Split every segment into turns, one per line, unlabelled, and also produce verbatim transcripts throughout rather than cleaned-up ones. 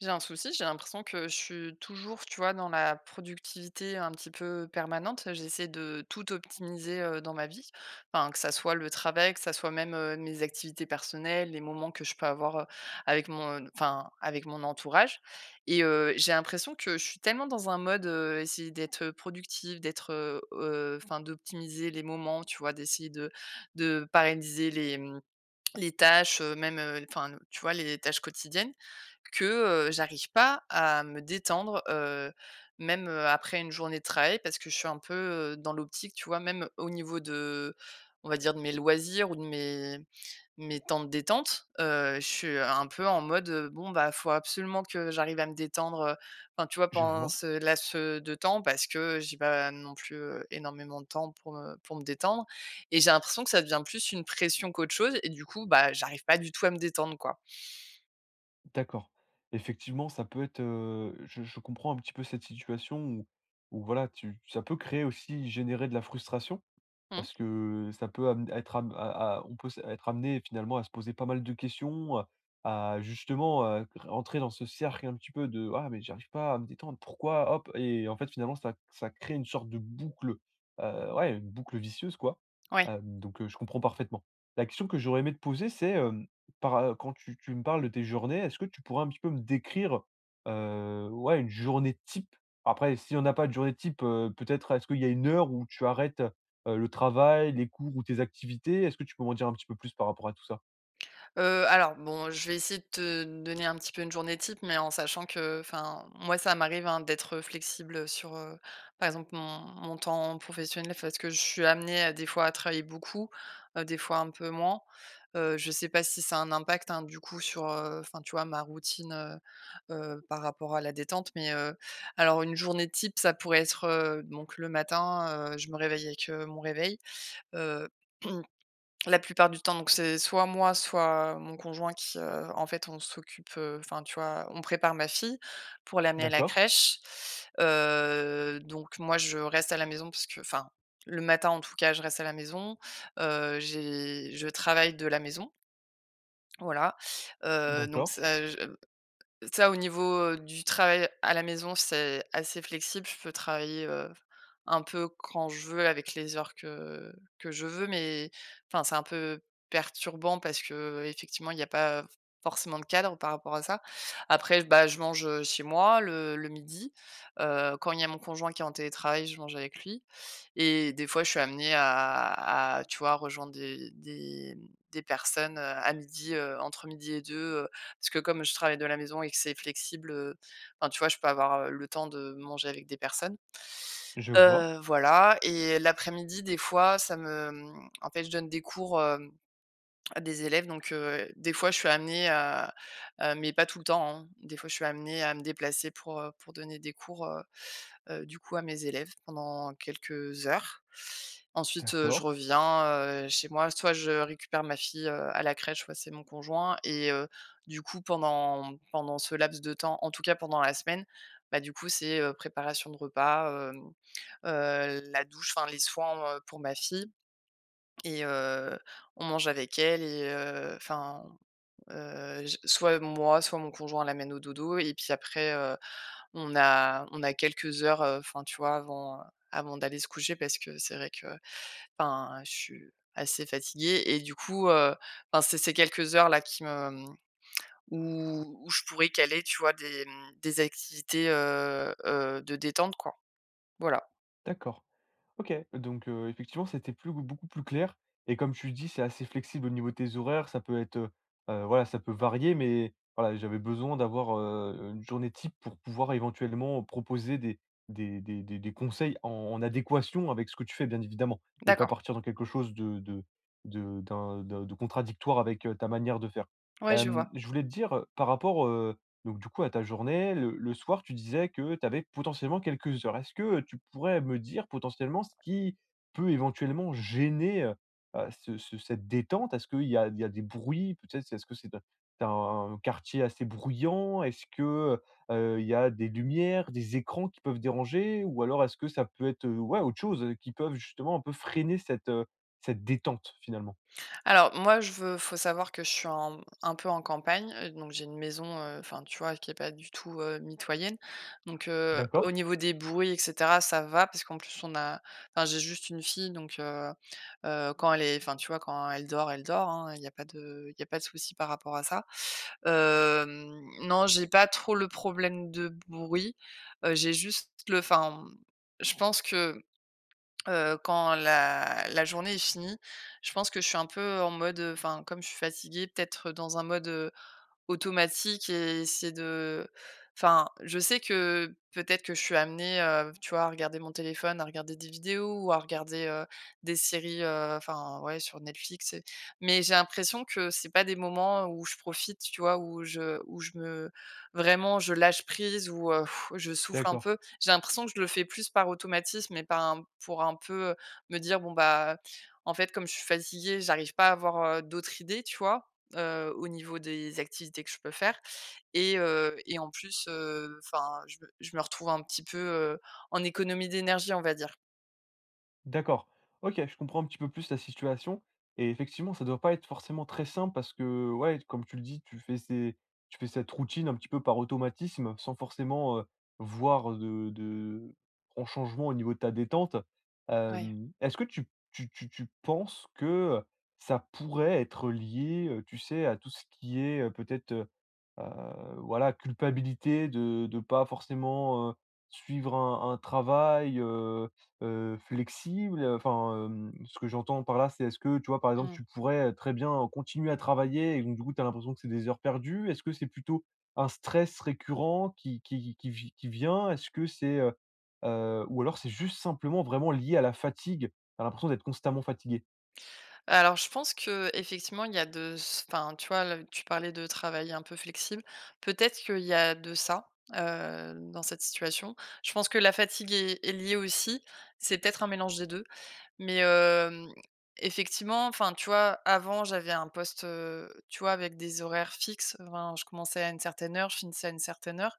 J'ai un souci, j'ai l'impression que je suis toujours, tu vois, dans la productivité un petit peu permanente. J'essaie de tout optimiser euh, dans ma vie, enfin, que ça soit le travail, que ça soit même euh, mes activités personnelles, les moments que je peux avoir euh, avec mon, enfin, avec mon entourage. Et euh, j'ai l'impression que je suis tellement dans un mode euh, essayer d'être productive, d'être, euh, euh, enfin, d'optimiser les moments, tu vois, d'essayer de, de paralyser les mmh, les tâches, heu, même, heu, enfin, tu vois, les tâches quotidiennes que, heu, j'arrive pas à me détendre, heu, même, heu, après une journée de travail parce que je suis un peu, heu, dans l'optique, tu vois, même au niveau de on va dire de mes loisirs ou de mes mes temps de détente, heu, je suis un peu en mode, heu: «Bon, bah, faut absolument que j'arrive à me détendre», heu, enfin, tu vois,
Je
pendant
vois,
ce laps de temps parce que j'ai pas non plus, heu, énormément de temps pour me pour me détendre. Et j'ai l'impression que ça devient plus une pression qu'autre chose et du coup, bah, j'arrive pas du tout à me détendre, quoi.
d'accord. Effectivement, ça peut être, heu, je je comprends un petit peu cette situation où où voilà, tu ça peut créer aussi, générer de la frustration.
Mmh.
Parce que ça peut am être am à à on peut s être amené finalement à se poser pas mal de questions, heu, à justement, heu, rentrer dans ce cercle un petit peu de: «Ah mais j'arrive pas à me détendre, pourquoi?» hop et en fait finalement ça ça crée une sorte de boucle, heu, ouais, une boucle vicieuse quoi.
Ouais.
Hem, donc, heu, je comprends parfaitement. La question que j'aurais aimé te poser c'est, hem, par, heu, quand tu tu me parles de tes journées, est-ce que tu pourrais un petit peu me décrire, heu, ouais, une journée type? Après s'il y en a pas de journée type, heu, peut-être est-ce qu'il y a une heure où tu arrêtes heu, le travail, les cours ou tes activités. Est-ce que tu peux m'en dire un petit peu plus par rapport à tout ça?
Heu, alors bon, je vais essayer de te donner un petit peu une journée type, mais en sachant que enfin, moi ça m'arrive, hein, d'être, flexible, sur, heu, par exemple mon mon temps professionnel parce que je suis amenée à des fois à travailler beaucoup, heu, des fois un peu moins. Heu, je sais pas si ça a un impact, hein, du coup sur, heu, enfin tu vois ma routine, heu heu, par rapport à la détente, mais, heu, alors une journée type ça pourrait être, heu, donc le matin, heu, je me réveille avec, heu, mon réveil, heu la plupart du temps, donc c'est soit moi, soit mon conjoint qui, heu, en fait, on s'occupe, heu, enfin, tu vois, on prépare ma fille pour l'amener à la
D'accord,
crèche. Heu, donc moi, je reste à la maison parce que enfin, le matin, en tout cas, je reste à la maison. Heu, j'ai je travaille de la maison, voilà. Heu, donc
d'accord,
ça je Ça, au niveau, heu, du travail à la maison, c'est assez flexible. Je peux travailler, heu, un peu quand je veux, avec les heures que que je veux, mais enfin, c'est un peu perturbant parce que effectivement il y a pas forcément de cadre par rapport à ça. Après, bah, je mange, chez moi le le midi. Heu, quand il y a mon conjoint qui est en télétravail, je mange avec lui. Et des fois, je suis amenée à à, tu vois, rejoindre des des, mmh, des personnes, heu, à midi, heu, entre midi et deux, heu, parce que comme je travaille de la maison et que c'est flexible, heu, enfin, tu vois, je peux avoir, heu, le temps de manger avec des personnes.
je vois.
Heu, voilà et l'après-midi, des fois, ça me, mmh, en fait, je donne des cours, hem, à des élèves donc heu, des fois, je suis amenée à, heu, mais pas tout le temps, hein, des fois, je suis amenée à me déplacer pour, heu, pour donner des cours, heu, du coup à mes élèves pendant quelques heures. Ensuite, heu,
D'accord,
je reviens, heu, chez moi, soit je récupère ma fille, heu, à la crèche, soit c'est mon conjoint et heu, du coup pendant pendant ce laps de temps, en tout cas pendant la semaine, bah, du coup c'est, heu, préparation de repas, hem, heu, la douche, enfin les soins, heu, pour ma fille et heu, on mange avec elle et heu, enfin, heu, j soit moi, soit mon conjoint l'amène au dodo et puis après, euh, on a on a quelques heures, heu, enfin, tu vois, avant, avant d'aller se coucher parce que c'est vrai que, enfin, je suis assez fatiguée et du coup, heu, enfin, c'est ces quelques heures-là qui me, mmh, où où je pourrais caler, tu vois, des, mmh, des activités, heu heu, de détente, quoi. Voilà.
d'accord. OK, donc heu, effectivement, c'était plus beaucoup plus clair et comme tu dis, c'est assez flexible au niveau de tes horaires. Ça peut être, heu heu, voilà, ça peut varier, mais voilà, j'avais besoin d'avoir, heu, une journée type pour pouvoir éventuellement proposer des des des des des conseils en en adéquation avec ce que tu fais, bien évidemment et pas
D'accord.
partir dans quelque chose de de de d'un de de contradictoire avec, heu, ta manière de faire.
Ouais, je
Hem,
vois.
je voulais te dire, heu, par rapport, donc du coup, à ta journée, le le soir, tu disais que tu avais potentiellement quelques heures. Est-ce que tu pourrais me dire potentiellement ce qui peut éventuellement gêner, heu heu, ce ce cette détente? Est-ce qu'il y a il y a des bruits? Peut-être, est-ce que c'est un tu un quartier assez bruyant? Est-ce que, heu, il y a des lumières, des écrans qui peuvent déranger? Ou alors est-ce que ça peut être, heu, ouais, autre chose, heu, qui peuvent justement un peu freiner cette, heu, cette détente finalement?
Alors moi, je veux faut savoir que je suis en un peu en campagne, heu, donc j'ai une maison, heu, enfin, tu vois, qui est pas du tout, heu, mitoyenne. Donc heu, au
D'accord,
niveau des bruits et cetera, ça va parce qu'en plus on a enfin, j'ai juste une fille donc heu heu, quand elle est enfin, tu vois, quand elle dort, elle dort, hein, il n'y a pas de il y a pas de souci par rapport à ça. Hem, non, j'ai pas trop le problème de bruit, heu, j'ai juste le enfin, je pense que Heu, quand la la journée est finie, je pense que je suis un peu en mode, enfin, comme je suis fatiguée, peut-être dans un mode, automatique et c'est de enfin, je sais que peut-être que je suis amenée, heu, tu vois, à regarder mon téléphone, à regarder des vidéos ou à regarder, heu, des séries, heu, enfin, ouais, sur Netflix et mais j'ai l'impression que c'est pas des moments où je profite, tu vois? Où je où je me vraiment, je lâche prise ou, heu, je souffle un
d'accord.
peu. J'ai l'impression que je le fais plus par automatisme et par un pour un peu, me dire: «Bon, bah, en fait, comme je suis fatiguée, j'arrive pas à avoir, heu, d'autres idées», tu vois? heu, au niveau des activités que je peux faire et heu et en plus, heu, enfin, je me je me retrouve un petit peu, heu, en économie d'énergie, on va dire.
D'accord. OK, je comprends un petit peu plus la situation et effectivement, ça doit pas être forcément très simple parce que, ouais, comme tu le dis, tu fais ces tu fais cette routine un petit peu par automatisme sans forcément, heu, voir de de grand changement au niveau de ta détente.
Ouais,
Hem, est-ce que tu tu tu tu penses que ça pourrait être lié, heu, tu sais, à tout ce qui est, heu, peut-être, Heu, voilà, culpabilité de de pas forcément, heu, suivre un un travail, heu heu, flexible, enfin, hem, ce que j'entends par là, c'est est-ce que, tu vois, par exemple,
mmh.
tu pourrais très bien continuer à travailler et donc du coup, tu as l'impression que c'est des heures perdues? Est-ce que c'est plutôt un stress récurrent qui qui qui vi qui vient? Est-ce que c'est, heu heu, ou alors c'est juste simplement vraiment lié à la fatigue? Tu as l'impression d'être constamment fatigué?
Alors je pense que effectivement il y a de s enfin, tu vois, le tu parlais de travail un peu flexible. Peut-être qu'il y a de ça, heu, dans cette situation. Je pense que la fatigue est est liée aussi. C'est peut-être un mélange des deux. Mais hem, effectivement, enfin, tu vois, avant, j'avais un poste, heu, tu vois, avec des horaires fixes. Enfin, je commençais à une certaine heure, je finissais à une certaine heure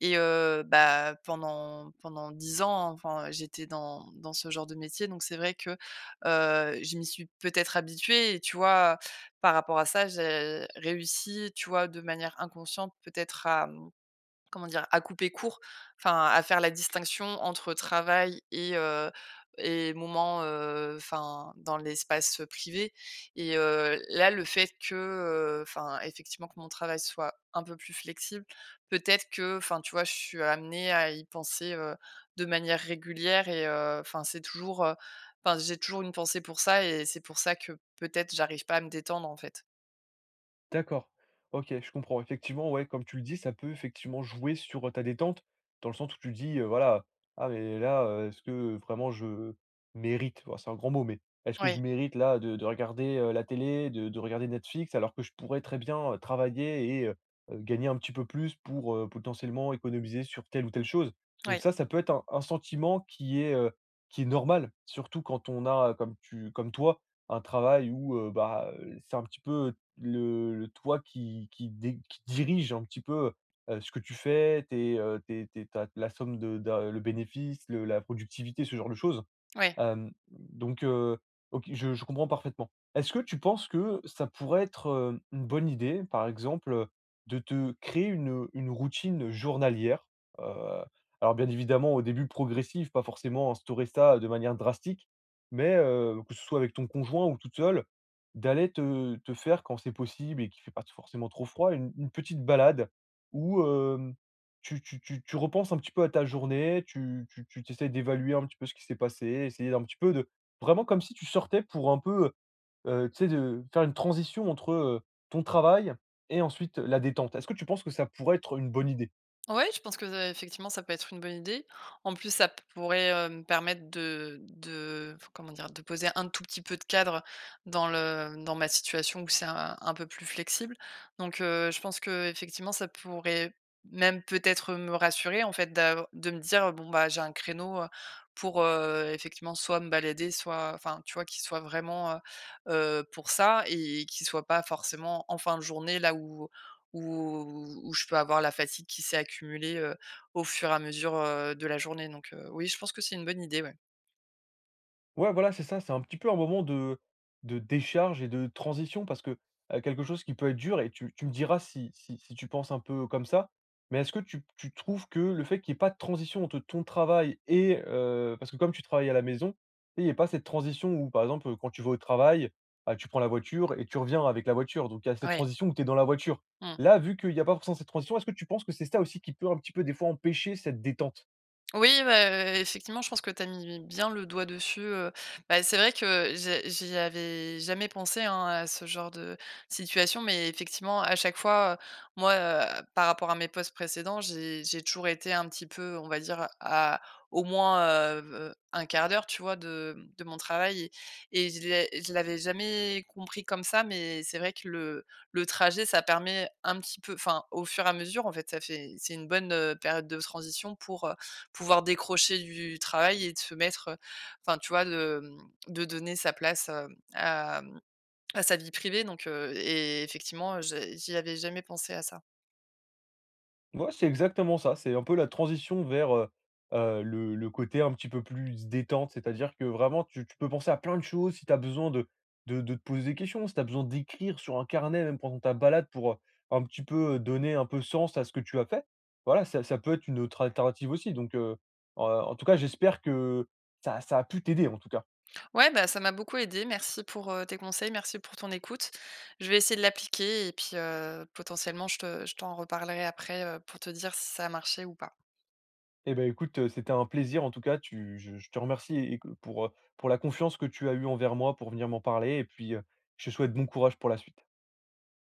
et heu, bah, pendant pendant dix ans, enfin, j'étais dans dans ce genre de métier donc c'est vrai que, heu, je m'y suis peut-être habituée et tu vois, par rapport à ça, j'ai réussi, tu vois, de manière inconsciente peut-être à, mmh Comment dire? À couper court, enfin, à faire la distinction entre travail et heu et moments, heu, enfin, dans l'espace, privé et heu, là, le fait que, heu, enfin, effectivement, que mon travail soit un peu plus flexible, peut-être que, enfin, tu vois, je suis amenée à y penser, heu, de manière régulière et heu, enfin, c'est toujours, heu, enfin, j'ai toujours une pensée pour ça et c'est pour ça que peut-être j'arrive pas à me détendre, en fait.
D'accord. OK, je comprends. Effectivement, ouais, comme tu le dis, ça peut effectivement jouer sur, heu, ta détente, dans le sens où tu dis, heu, voilà: «Ah mais là, heu, est-ce que vraiment je mérite?» Bon, c'est un grand mot, mais est-ce que je
Oui,
mérite là de de regarder, heu, la télé, de de regarder Netflix alors que je pourrais très bien, heu, travailler et heu heu, gagner un petit peu plus pour, heu, potentiellement économiser sur telle ou telle chose? Donc
oui,
ça, ça peut être un un sentiment qui est, heu, qui est normal, surtout quand on a, comme tu comme toi, un travail où, heu, bah, heu, c'est un petit peu le le toi qui qui dé qui dirige un petit peu, heu, ce que tu fais, tes, heu, tes tes ta la somme de d'un le bénéfice, le la productivité, ce genre de choses.
oui.
Hem, donc heu, OK, je je comprends parfaitement. Est-ce que tu penses que ça pourrait être, heu, une bonne idée, par exemple, de te créer une, une routine journalière? Heu, alors bien évidemment au début progressive, pas forcément instaurer ça de manière drastique, mais heu, que ce soit avec ton conjoint ou toute seule, d'aller te te faire quand c'est possible et qu'il ne fait pas forcément trop froid, une une petite balade ou tu tu tu tu repenses un petit peu à ta journée, tu tu tu tu essaies d'évaluer un petit peu ce qui s'est passé, essayer d'un petit peu de vraiment comme si tu sortais pour un peu, heu, tu sais, de faire une transition entre, heu, ton travail et ensuite la détente. Est-ce que tu penses que ça pourrait être une bonne idée?
Ouais, je pense que, heu, effectivement, ça peut être une bonne idée. En plus, ça pourrait, heu, me permettre de de enfin, comment dire? De poser un tout petit peu de cadre dans le dans ma situation où c'est un un peu plus flexible. Donc, heu, je pense que effectivement ça pourrait même peut-être me rassurer, en fait, d'av de me dire: «Bon, bah, j'ai un créneau, heu, pour, heu, effectivement, soit me balader, soit» enfin, tu vois? Qu'il soit vraiment, heu heu, pour ça et qu'il soit pas forcément en fin de journée, là où où où je peux avoir la fatigue qui s'est accumulée, heu, au fur et à mesure, heu, de la journée donc heu, oui, je pense que c'est une bonne idée, ouais.
Ouais, voilà, c'est ça, c'est un petit peu un moment de de décharge et de transition parce que, heu, quelque chose qui peut être dur et tu tu me diras si si si tu penses un peu comme ça, mais est-ce que tu tu trouves que le fait qu'il y ait pas de transition entre ton travail et heu, parce que comme tu travailles à la maison, il y a pas cette transition où, par exemple, quand tu vas au travail, bah, tu prends la voiture et tu reviens avec la voiture, donc il y a cette
Ouais.
transition où tu es dans la voiture.
Mmh.
Là, vu qu'il y a pas forcément cette transition, est-ce que tu penses que c'est ça aussi qui peut un petit peu, des fois, empêcher cette détente?
Oui, bah, effectivement, je pense que tu as mis bien le doigt dessus, heu, bah, c'est vrai que j'ai j'y avais jamais pensé, hein, à ce genre de situation, mais effectivement, à chaque fois, heu, moi, heu, par rapport à mes postes précédents, j'ai j'ai toujours été un petit peu, on va dire, à au moins, heu, un quart d'heure, tu vois, de de mon travail et et je l'ai je l'avais jamais compris comme ça, mais c'est vrai que le le trajet, ça permet un petit peu enfin, au fur et à mesure, en fait, ça fait c'est une bonne, heu, période de transition pour, pouvoir décrocher du travail et de se mettre, heu, enfin tu vois de, mmh, de donner sa place, heu, à, mmh, à sa vie privée donc heu et effectivement, j'ai j'y avais jamais pensé à ça.
Ouais, c'est exactement ça. C'est un peu la transition vers, heu heu, le le côté un petit peu plus détente. C'est-à-dire que vraiment tu tu peux penser à plein de choses si tu as besoin de de de te poser des questions, si tu as besoin d'écrire sur un carnet même pendant ta balade pour, heu, un petit peu, heu, donner un peu sens à ce que tu as fait. Voilà, ça ça peut être une autre alternative aussi donc heu, en en tout cas j'espère que ça ça a pu t'aider en tout cas.
Ouais, bah, ça m'a beaucoup aidé merci pour, heu, tes conseils, merci pour ton écoute. Je vais essayer de l'appliquer et puis, heu, potentiellement je te je t'en reparlerai après, heu, pour te dire si ça a marché ou pas.
Eh ben, écoute, heu, c'était un plaisir en tout cas, tu je je te remercie et que pour, heu, pour la confiance que tu as eu envers moi pour venir m'en parler et puis, heu, je te souhaite bon courage pour la suite.